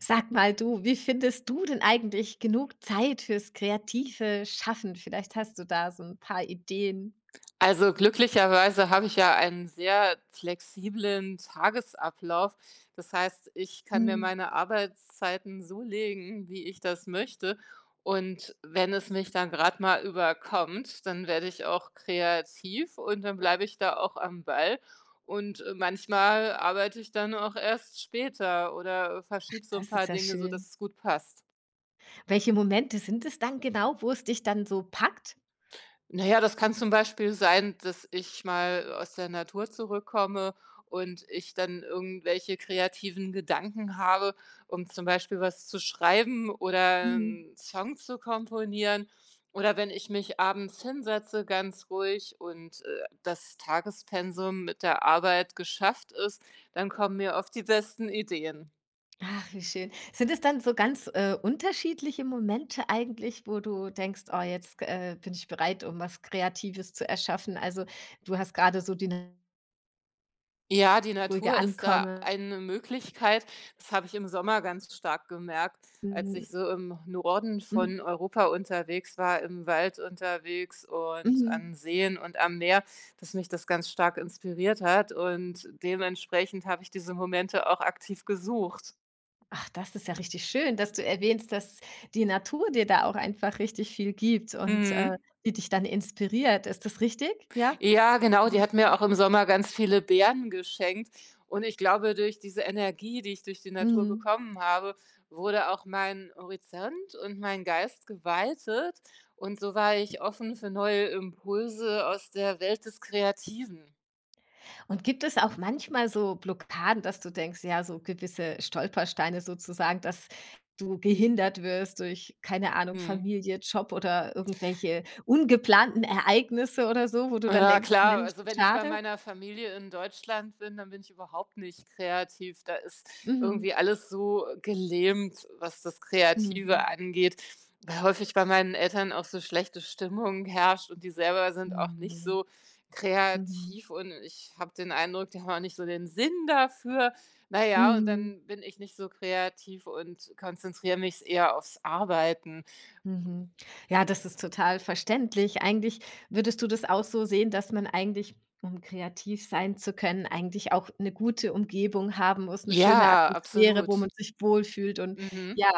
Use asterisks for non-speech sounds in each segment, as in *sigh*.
Sag mal du, wie findest du denn eigentlich genug Zeit fürs kreative Schaffen? Vielleicht hast du da so 'n paar Ideen. Also, glücklicherweise habe ich ja einen sehr flexiblen Tagesablauf. Das heißt, ich kann mir Mhm, meine Arbeitszeiten so legen, wie ich das möchte. Und wenn es mich dann gerade mal überkommt, dann werde ich auch kreativ und dann bleibe ich da auch am Ball. Manchmal arbeite ich dann auch erst später oder verschiebe so ein das paar ist ja Dinge, sodass schön. es gut passt. Welche Momente sind es dann genau, wo es dich dann so packt? Na ja, das kann zum Beispiel sein, dass ich mal aus der Natur zurückkomme und ich dann irgendwelche kreativen Gedanken habe, um zum Beispiel was zu schreiben oder Mhm. einen Song zu komponieren. Oder wenn ich mich abends hinsetze, ganz ruhig und das Tagespensum mit der Arbeit geschafft ist, dann kommen mir oft die besten Ideen. Ach, wie schön. Sind es dann so ganz, unterschiedliche Momente eigentlich, wo du denkst: „Oh, jetzt, bin ich bereit, um was Kreatives zu erschaffen?" Also, du hast grade so die Ja, die ruhige Natur ist da Ankommen, eine Möglichkeit. Das habe ich im Sommer ganz stark gemerkt, als mhm, ich so im Norden mhm, von Europa unterwegs war, im Wald unterwegs und mhm. an Seen und am Meer, dass mich das ganz stark inspiriert hat und dementsprechend habe ich diese Momente auch aktiv gesucht. Ach, das ist ja richtig schön, dass du erwähnst, dass die Natur dir da auch einfach richtig viel gibt und, Mhm. die dich dann inspiriert. Ist das richtig? Ja? Ja, genau, die Mhm. hat mir auch im Sommer ganz viele Beeren geschenkt und ich glaube, durch diese Energie, die ich durch die Natur Mhm. bekommen habe, wurde auch mein Horizont und mein Geist geweitet und so war ich offen für neue Impulse aus der Welt des Kreativen. Und gibt es auch manchmal so Blockaden, dass du denkst, ja, so gewisse Stolpersteine sozusagen, dass du gehindert wirst durch, keine Ahnung, Mhm. Familie, Job oder irgendwelche ungeplanten Ereignisse oder so, wo du dann Ja denkst: klar, „Mensch, also wenn ich bei schade." meiner Familie in Deutschland bin, dann bin ich überhaupt nicht kreativ. Da ist Mhm. irgendwie alles so gelähmt, was das Mhm. Kreative angeht, weil häufig bei meinen Eltern auch so schlechte Stimmung herrscht und die selber sind Mhm. auch nicht Mhm. so Mhm. kreativ und ich habe den Eindruck, die haben auch nicht so den Sinn dafür. Na ja, und Mhm. dann bin ich nicht so kreativ und konzentriere mich eher aufs Arbeiten. Mhm. Ja, das ist total verständlich. Eigentlich würdest du das auch so sehen, dass man eigentlich, um kreativ sein zu können, eigentlich auch eine gute Umgebung haben muss, eine schöne Ja, Atmosphäre, wo absolut. man sich wohlfühlt und Mhm. ja,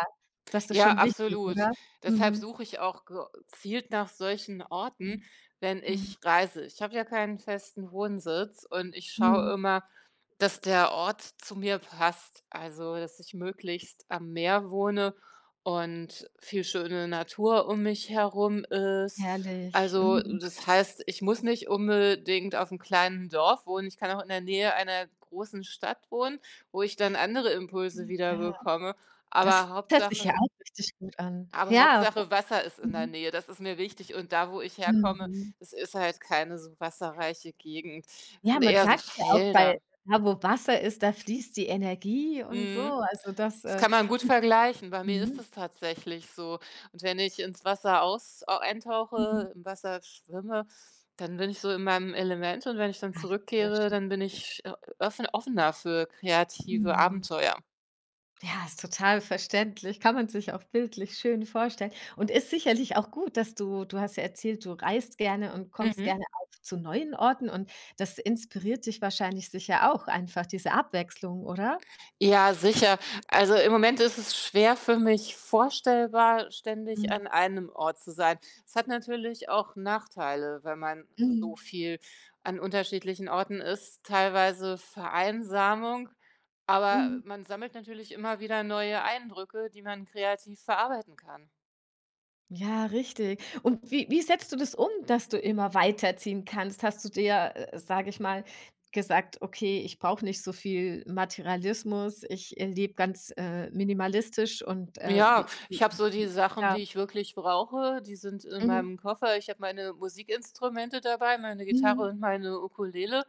das ist Ja, schon wichtig, absolut. oder? Deshalb Mhm. suche ich auch gezielt nach solchen Orten, Mhm. wenn Mhm. ich reise. Ich habe ja keinen festen Wohnsitz und ich schaue Mhm. immer, dass der Ort zu mir passt. Also, dass ich möglichst am Meer wohne und viel schöne Natur um mich herum ist. Herrlich. Also, Mhm. das heißt, ich muss nicht unbedingt auf einem kleinen Dorf wohnen. Ich kann auch in der Nähe einer großen Stadt wohnen, wo ich dann andere Impulse wieder Ja, bekomme. das Aber hört sich ja Hauptsache auch richtig gut an. aber Ja, Hauptsache Wasser ist in der mhm. Nähe, das ist mir wichtig. Und da, wo ich herkomme, Mhm. das ist halt keine so wasserreiche Gegend, Ja, sind man eher so sagt ja auch bei Felder. da, wo Wasser ist, da fließt die Energie und so. Mhm. Also, das, Das kann man gut vergleichen. Bei mir ist Mhm. es tatsächlich so. Und wenn ich ins Wasser aus au Mhm. eintauche, im Wasser schwimme, dann bin ich so in meinem Element und wenn ich dann Ach, zurückkehre, wunderschön. dann bin ich offener für kreative Mhm. Abenteuer. Ja, ist total verständlich, kann man sich auch bildlich schön vorstellen und ist sicherlich auch gut, dass du hast ja erzählt, du reist gerne und kommst Mhm. gerne auch zu neuen Orten und das inspiriert dich wahrscheinlich sicher auch einfach, diese Abwechslung, oder? Ja, sicher. Also, im Moment ist es schwer für mich vorstellbar, ständig Mhm. an einem Ort zu sein. Es hat natürlich auch Nachteile, wenn man so Mhm. viel an unterschiedlichen Orten ist, teilweise Vereinsamung, aber Mhm. man sammelt natürlich immer wieder neue Eindrücke, die man kreativ verarbeiten kann. Ja, richtig. Und wie setzt du das um, dass du immer weiterziehen kannst? Hast du dir, sage ich mal, gesagt: „Okay, ich brauche nicht so viel Materialismus, ich, lebe ganz, minimalistisch und, wie Ja, wie ich habe so die wie“ Sachen, Ja. die ich wirklich brauche, die sind in Mhm. meinem Koffer. Ich habe meine Musikinstrumente dabei, meine Gitarre Mhm. und meine Ukulele.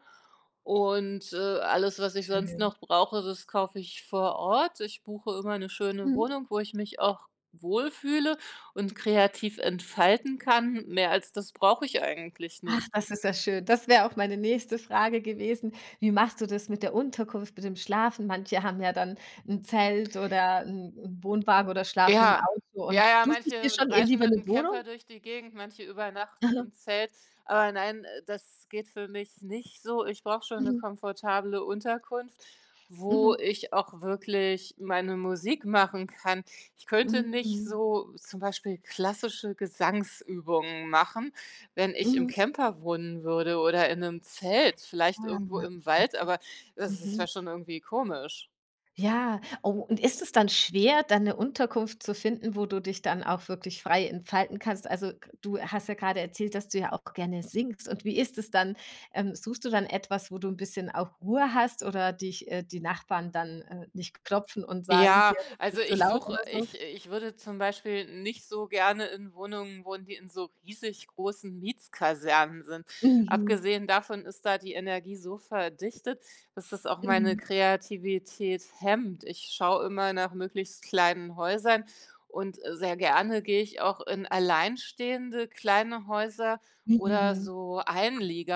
Alles, was ich sonst Schön. noch brauche, das kaufe ich vor Ort. Ich buche immer eine schöne Mhm. Wohnung, wo ich mich auch wohlfühle und kreativ entfalten kann. Mehr als das brauche ich eigentlich Ach, nicht. das ist ja schön. Das wäre auch meine nächste Frage gewesen. Wie machst du das mit der Unterkunft, mit dem Schlafen? Manche haben ja dann ein Zelt oder 'n Wohnwagen oder schlafen im Ja, Auto und ja, ja, du manche suchst dir schon eh reisen lieber mit eine dem Camper Wohnung? durch die Gegend, manche übernachten im *laughs* Zelt. Aber nein, das geht für mich nicht so. Ich brauche schon eine Mhm. komfortable Unterkunft, wo Mhm. ich auch wirklich meine Musik machen kann. Ich könnte nicht Mhm. so zum Beispiel klassische Gesangsübungen machen, wenn ich im Mhm. Camper wohnen würde oder in einem Zelt, vielleicht Ah, irgendwo im Wald, aber das ist mhm. ja schon irgendwie komisch. Ja, oh, und ist es dann schwer, dann 'ne Unterkunft zu finden, wo du dich dann auch wirklich frei entfalten kannst? Also, g du hast ja grade erzählt, dass du ja auch gerne singst. Und wie ist es dann? Suchst du dann etwas, wo du 'n bisschen auch Ruhe hast oder dich die Nachbarn dann, nicht klopfen und sagen: Ja, „Hier, das also ist zu ich laut" suche oder so? ich ich würde zum Beispiel nicht so gerne in Wohnungen wohnen, die in so riesig großen Mietskasernen sind. Mhm. Abgesehen davon ist da die Energie so verdichtet, dass das auch meine Mhm. Kreativität hemmt. Ich schaue immer nach möglichst kleinen Häusern und sehr gerne gehe ich auch in alleinstehende kleine Häuser oder Mhm. so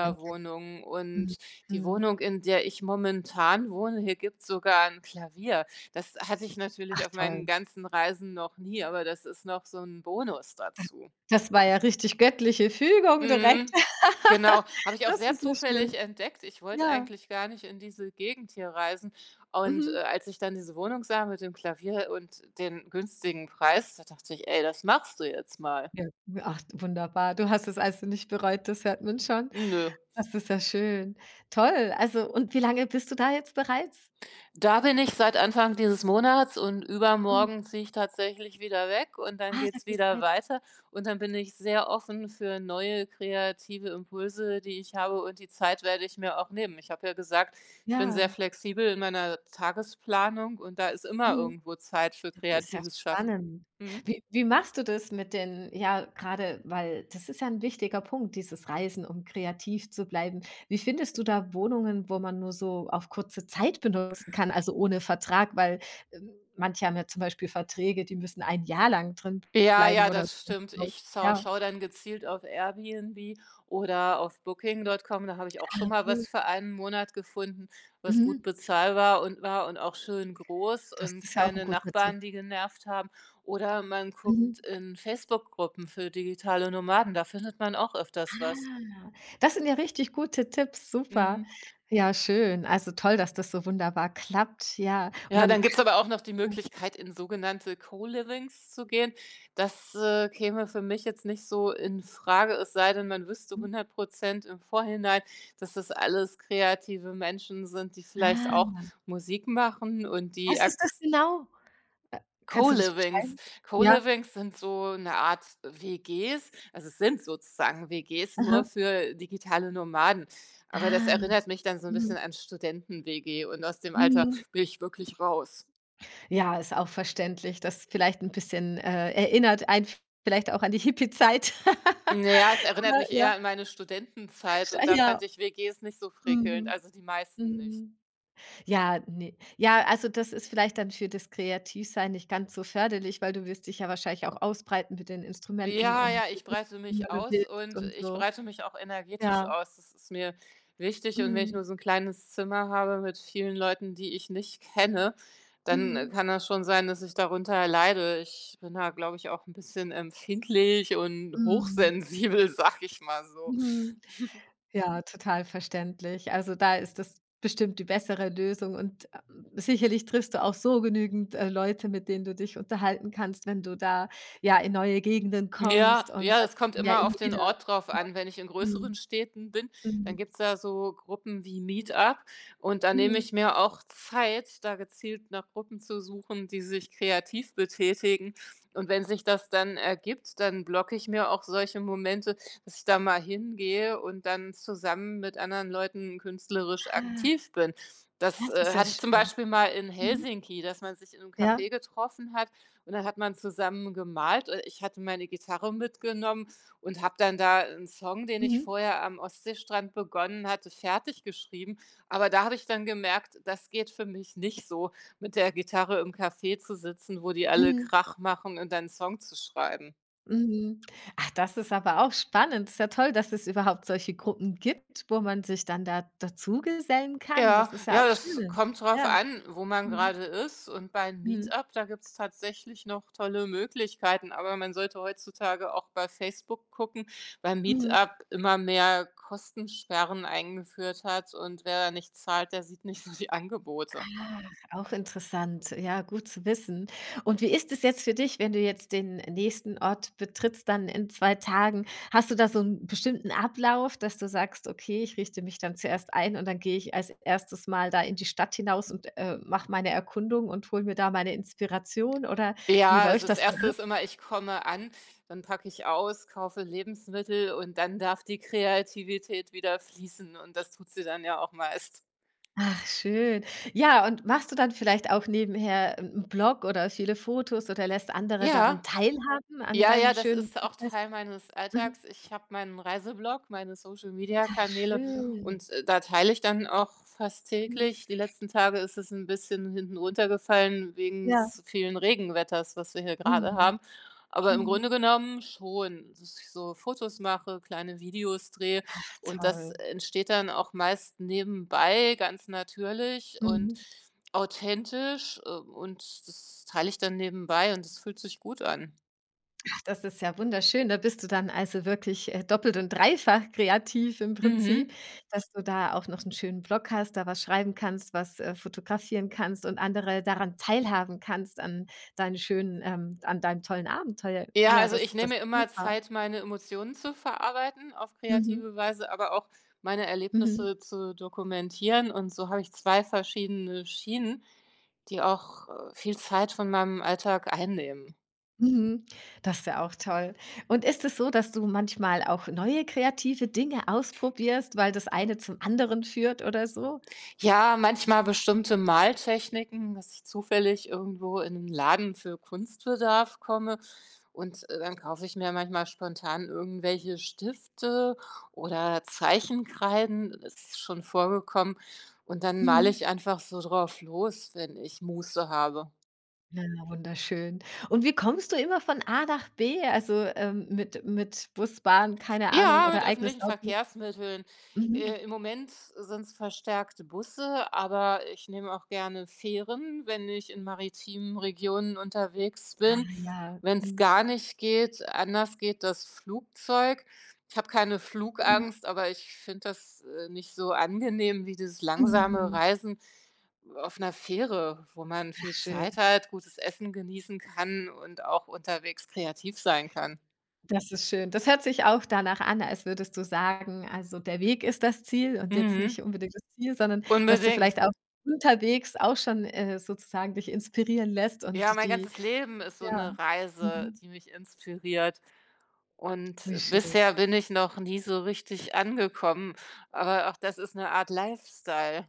Verständlich. Mhm. Und die Mhm. Wohnung, in der ich momentan wohne, hier gibt es sogar ein Klavier. Das hatte ich Ach natürlich auf meinen toll. ganzen Reisen noch nie, aber das ist noch so 'n Bonus dazu. Das war ja richtig göttliche Fügung direkt. Mhm. Genau, habe ich auch Das sehr ist sehr schön. zufällig entdeckt. Ich wollte Ja, eigentlich gar nicht in diese Gegend hier reisen und mhm. als ich dann diese Wohnung sah mit dem Klavier und den günstigen Preis, da dachte ich: „Ey, das machst du jetzt mal.“ Ja, ach, wunderbar. Du hast es also nicht bereut, das hört man schon. Nö. Das ist ja schön. Toll. Also und wie lange bist du da jetzt bereits? Da bin ich seit Anfang dieses Monats und Mhm. übermorgen ziehe ich tatsächlich wieder weg und dann Ah, da geht's geht's wieder weiter. weiter. Und dann bin ich sehr offen für neue kreative Impulse, die ich habe, und die Zeit werde ich mir auch nehmen. Ich habe ja gesagt, ich bin sehr Ja. flexibel in meiner Tagesplanung und da ist immer Mhm. irgendwo Zeit für Das ist ja kreatives Schaffen. spannend. Mhm. Wie machst du das mit den ja, gerade, weil das ist ja ein wichtiger Punkt, dieses Reisen, um kreativ zu bleiben. Wie findest du da Wohnungen, wo man nur so auf kurze Zeit benutzen kann, also ohne Vertrag? Weil, manche haben ja zum Beispiel Verträge, die müssen ein Jahr lang drin Ja, bleiben ja, oder das so. stimmt. Ich schaue Ja. schaue dann gezielt auf Airbnb oder auf Booking.com. Da habe ich auch Ah, schon mal okay. was für einen Monat gefunden, was gut Mhm. bezahlbar und war und auch schön groß Das und ist ja auch ein keine guter Tipp. Nachbarn, die genervt haben. Oder man Mhm. guckt in Facebook-Gruppen für digitale Nomaden, da findet man auch öfters was. Ah, das sind ja richtig gute Tipps, super. Mhm. Ja, schön. Also toll, dass das so wunderbar klappt, ja. Und Ja, dann dann gibt's hast aber auch noch die du Möglichkeit, in sogenannte Co-Livings zu gehen. Das käme für mich jetzt nicht so in Frage, es sei denn, man wüsste mhm. 100% im Vorhinein, dass das alles kreative Menschen sind, die vielleicht auch Ah, Musik machen und die was ist das Akts genau? Äh, Kannst du das Co-Livings. beschreiben? Ja, Co-Livings sind so eine Art WGs. Also, es sind sozusagen WGs aha. nur für digitale Nomaden. Aber das Ah, erinnert mich dann so ein mhm, bisschen an Studenten-WG und aus dem Alter mhm. bin ich wirklich raus. Ja, ist auch verständlich, das vielleicht 'n bisschen, erinnert einen vielleicht auch an die Hippie-Zeit. Na ja, es *laughs* erinnert Oder mich ja, eher an meine Studentenzeit sch und da ja, fand ich WGs nicht so prickelnd, mhm, also die meisten nicht. mhm. Ja, ne. Ja, also, das ist vielleicht dann für das Kreativsein nicht ganz so förderlich, weil du wirst dich ja wahrscheinlich auch ausbreiten mit den Instrumenten Ja, und ja, ich breite immer mich du aus willst und und ich so. breite mich auch energetisch Ja. aus. Das ist mir wichtig und wenn ich Mhm. nur so ein kleines Zimmer habe mit vielen Leuten, die ich nicht kenne, dann Mhm. kann das schon sein, dass ich darunter leide. Ich bin da, glaube ich, auch ein bisschen empfindlich und Mhm. hochsensibel, *laughs* sag ich mal so. Mhm. Ja, total verständlich. Also, da ist das bestimmt die bessere Lösung und, sicherlich triffst du auch so genügend, Leute, mit denen du dich unterhalten kannst, wenn du da, ja, in neue Gegenden kommst Ja, und ja, da es kommt kommt man ja immer immer auf den wieder. Ort drauf an. Wenn ich in Mhm. größeren Städten bin, dann Mhm. gibt's da so Gruppen wie Meetup und da nehme Mhm. ich mir auch Zeit, da gezielt nach Gruppen zu suchen, die sich kreativ betätigen. Und wenn sich das dann ergibt, dann blocke ich mir auch solche Momente, dass ich da mal hingehe und dann zusammen mit anderen Leuten künstlerisch Ah, aktiv bin. Das, das ist äh, ja hatte ich zum schön. Beispiel mal in Mhm. Helsinki, dass man sich in einem Ja. Café getroffen hat und dann hat man zusammen gemalt und ich hatte meine Gitarre mitgenommen und habe dann da einen Song, den ich Mhm. vorher am Ostseestrand begonnen hatte, fertig geschrieben. Aber da habe ich dann gemerkt, das geht für mich nicht so, mit der Gitarre im Café zu sitzen, wo die alle Mhm. Krach machen und dann 'n Song zu schreiben. Mhm. Ach, das ist aber auch spannend. Ist ja toll, dass es überhaupt solche Gruppen gibt, wo man sich dann da dazugesellen kann. Ja, Das ist ja ja, auch das schön. kommt drauf Ja. an, wo man Mhm. gerade ist, und bei 'n Mhm. Meetup, da gibt's tatsächlich noch tolle Möglichkeiten, aber man sollte heutzutage auch bei Facebook gucken, weil Mhm. Meetup immer mehr Kostensperren eingeführt hat und wer da nicht zahlt, der sieht nicht so die Angebote. Ach, auch interessant. Ja, gut zu wissen. Und wie ist es jetzt für dich, wenn du jetzt den nächsten Ort betrittst, dann in 2 Tagen? Hast du da so einen bestimmten Ablauf, dass du sagst: „Okay, ich richte mich dann zuerst ein und dann gehe ich als Erstes mal da in die Stadt hinaus und, mache meine Erkundung und hole mir da meine Inspiration", oder wie Ja, also, läuft das das dann? Erste ist immer, ich komme an, dann packe ich aus, kaufe Lebensmittel und dann darf die Kreativität wieder fließen und das tut sie dann ja auch meist. Ach, schön. Ja, und machst du dann vielleicht auch nebenher einen Blog oder viele Fotos oder lässt andere daran Ja. teilhaben, an Ja, deinem ja, das schönen ist auch Prozess? Teil meines Alltags. Ich habe meinen Reiseblog, meine *laughs* Ach, Social-Media-Kanäle schön. und da teile ich dann auch fast Mhm. täglich. Die letzten Tage ist es ein bisschen hinten runtergefallen wegen Ja. des vielen Regenwetters, was wir hier gerade Mhm. haben. Aber im Mhm. Grunde genommen schon, dass ich so Fotos mache, kleine Videos drehe und das Toll. entsteht dann auch meist nebenbei ganz natürlich und Mhm. authentisch, und das teile ich dann nebenbei und das fühlt sich gut an. Ach, das ist ja wunderschön. Da bist du dann also wirklich, doppelt und dreifach kreativ im Prinzip, Mhm. dass du da auch noch einen schönen Blog hast, da was schreiben kannst, was, fotografieren kannst und andere daran teilhaben kannst an deinen schönen an deinem tollen Abenteuer. Ja, Ja, also ich das nehme ist mir immer super. Zeit, meine Emotionen zu verarbeiten auf Mhm. kreative Weise, aber auch meine Mhm. Erlebnisse zu dokumentieren. Und so habe ich zwei verschiedene Schienen, die auch viel Zeit von meinem Alltag einnehmen. Mhm. Das ist ja auch toll. Und ist es so, dass du manchmal auch neue kreative Dinge ausprobierst, weil das eine zum anderen führt oder so? Ja, manchmal bestimmte Maltechniken, dass ich zufällig irgendwo in einen Laden für Kunstbedarf komme und dann kaufe ich mir manchmal spontan irgendwelche Stifte oder Zeichenkreiden. Das ist schon vorgekommen. Und dann male Mhm. ich einfach so drauf los, wenn ich Muße habe. Ja, wunderschön. Und wie kommst du immer von A nach B? Also, mit Bus, Bahn, keine Ahnung, Ja, oder mit eigenes öffentlichen Auto? Verkehrsmitteln. Mhm. Im Moment sind's verstärkte Busse, aber ich nehme auch gerne Fähren, wenn ich in maritimen Regionen unterwegs Ah bin. ja. Wenn's Mhm. gar nicht geht, anders geht das Flugzeug. Ich habe keine Mhm. Flugangst, aber ich finde das nicht so angenehm wie dieses langsame Mhm. Reisen auf einer Fähre, wo man Ach viel schön. Zeit hat, gutes Essen genießen kann und auch unterwegs kreativ sein kann. Das ist schön. Das hört sich auch danach an, als würdest du sagen, also, der Weg ist das Ziel und jetzt nicht Mhm, unbedingt das Ziel, sondern dass du unbedingt. vielleicht auch unterwegs auch schon, sozusagen dich inspirieren lässt Ja, und mein die ganzes Leben ist so ja, eine Reise, mhm, die mich inspiriert. Und wie schön. bisher bin ich noch nie so richtig angekommen, aber auch das ist eine Art Lifestyle.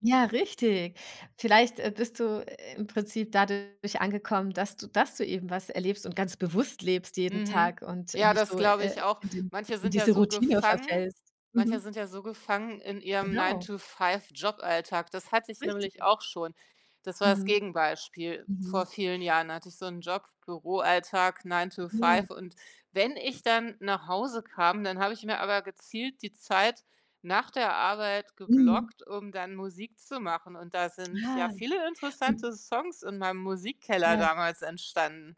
Ja, richtig. Vielleicht, bist du, im Prinzip dadurch angekommen, dass du eben was erlebst und ganz bewusst lebst jeden Mhm. Tag und Ja, nicht das so, glaube ich auch. Manche in sind ja diese so Routine gefangen verfällst. manche Mhm, sind ja so gefangen in ihrem 9 genau, to Five joballtag. Das hatte ich nämlich richtig. auch schon. Das war das Mhm, Gegenbeispiel. mhm. Vor vielen Jahren hatte ich so einen Job, Büroalltag, Nine to Ja, Five. Und wenn ich dann nach Hause kam, dann habe ich mir aber gezielt die Zeit nach der Arbeit mhm. geblockt, um dann Musik zu machen, und da sind ja Ah, viele und interessante Songs in meinem Musikkeller ja, damals entstanden.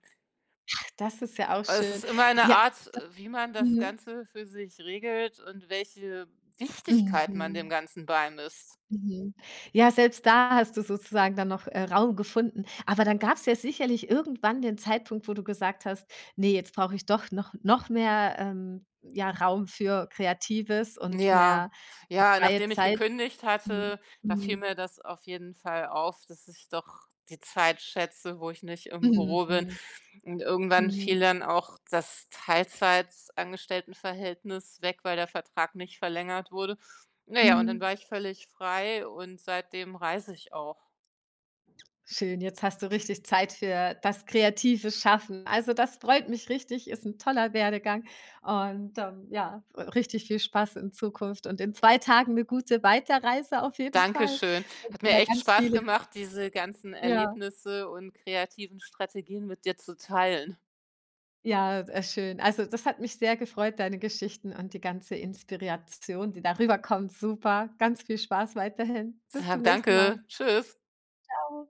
das ist ja auch Es schön. ist immer eine Ja, Art, das äh, wie man das mhm, Ganze für sich regelt und welche Wichtigkeit man dem mhm, Ganzen beimisst. mhm. Ja, selbst da hast du sozusagen dann noch, Raum gefunden. Aber dann gab es ja sicherlich irgendwann den Zeitpunkt, wo du gesagt hast: „Ne, jetzt brauche ich doch noch mehr, ja, Raum für Kreatives und Ja, mehr ja, freie nachdem ich Zeit." gekündigt Mhm, hatte, da fiel mhm, mir das auf jeden Fall auf, dass ich doch die Zeit schätze, wo ich nicht im mhm, Büro bin. Und irgendwann mhm, fiel dann auch das Teilzeitangestelltenverhältnis weg, weil der Vertrag nicht verlängert wurde. Naja, und dann mhm. war ich völlig frei und seitdem reise ich auch. Schön, jetzt hast du richtig Zeit für das kreative Schaffen. Also, das freut mich richtig, ist ein toller Werdegang und, ja, richtig viel Spaß in Zukunft und in 2 Tagen eine gute Weiterreise auf jeden Fall Dankeschön. und Hat mir wieder echt ganz Spaß viele gemacht, diese ganzen ja, Erlebnisse und kreativen Strategien mit dir zu teilen. ja, schön. Also, das hat mich sehr gefreut, deine Geschichten und die ganze Inspiration, die darüber kommt, Super, ganz viel Spaß weiterhin. Bis zum Sag nächsten Mal. danke. Tschüss. Tschau.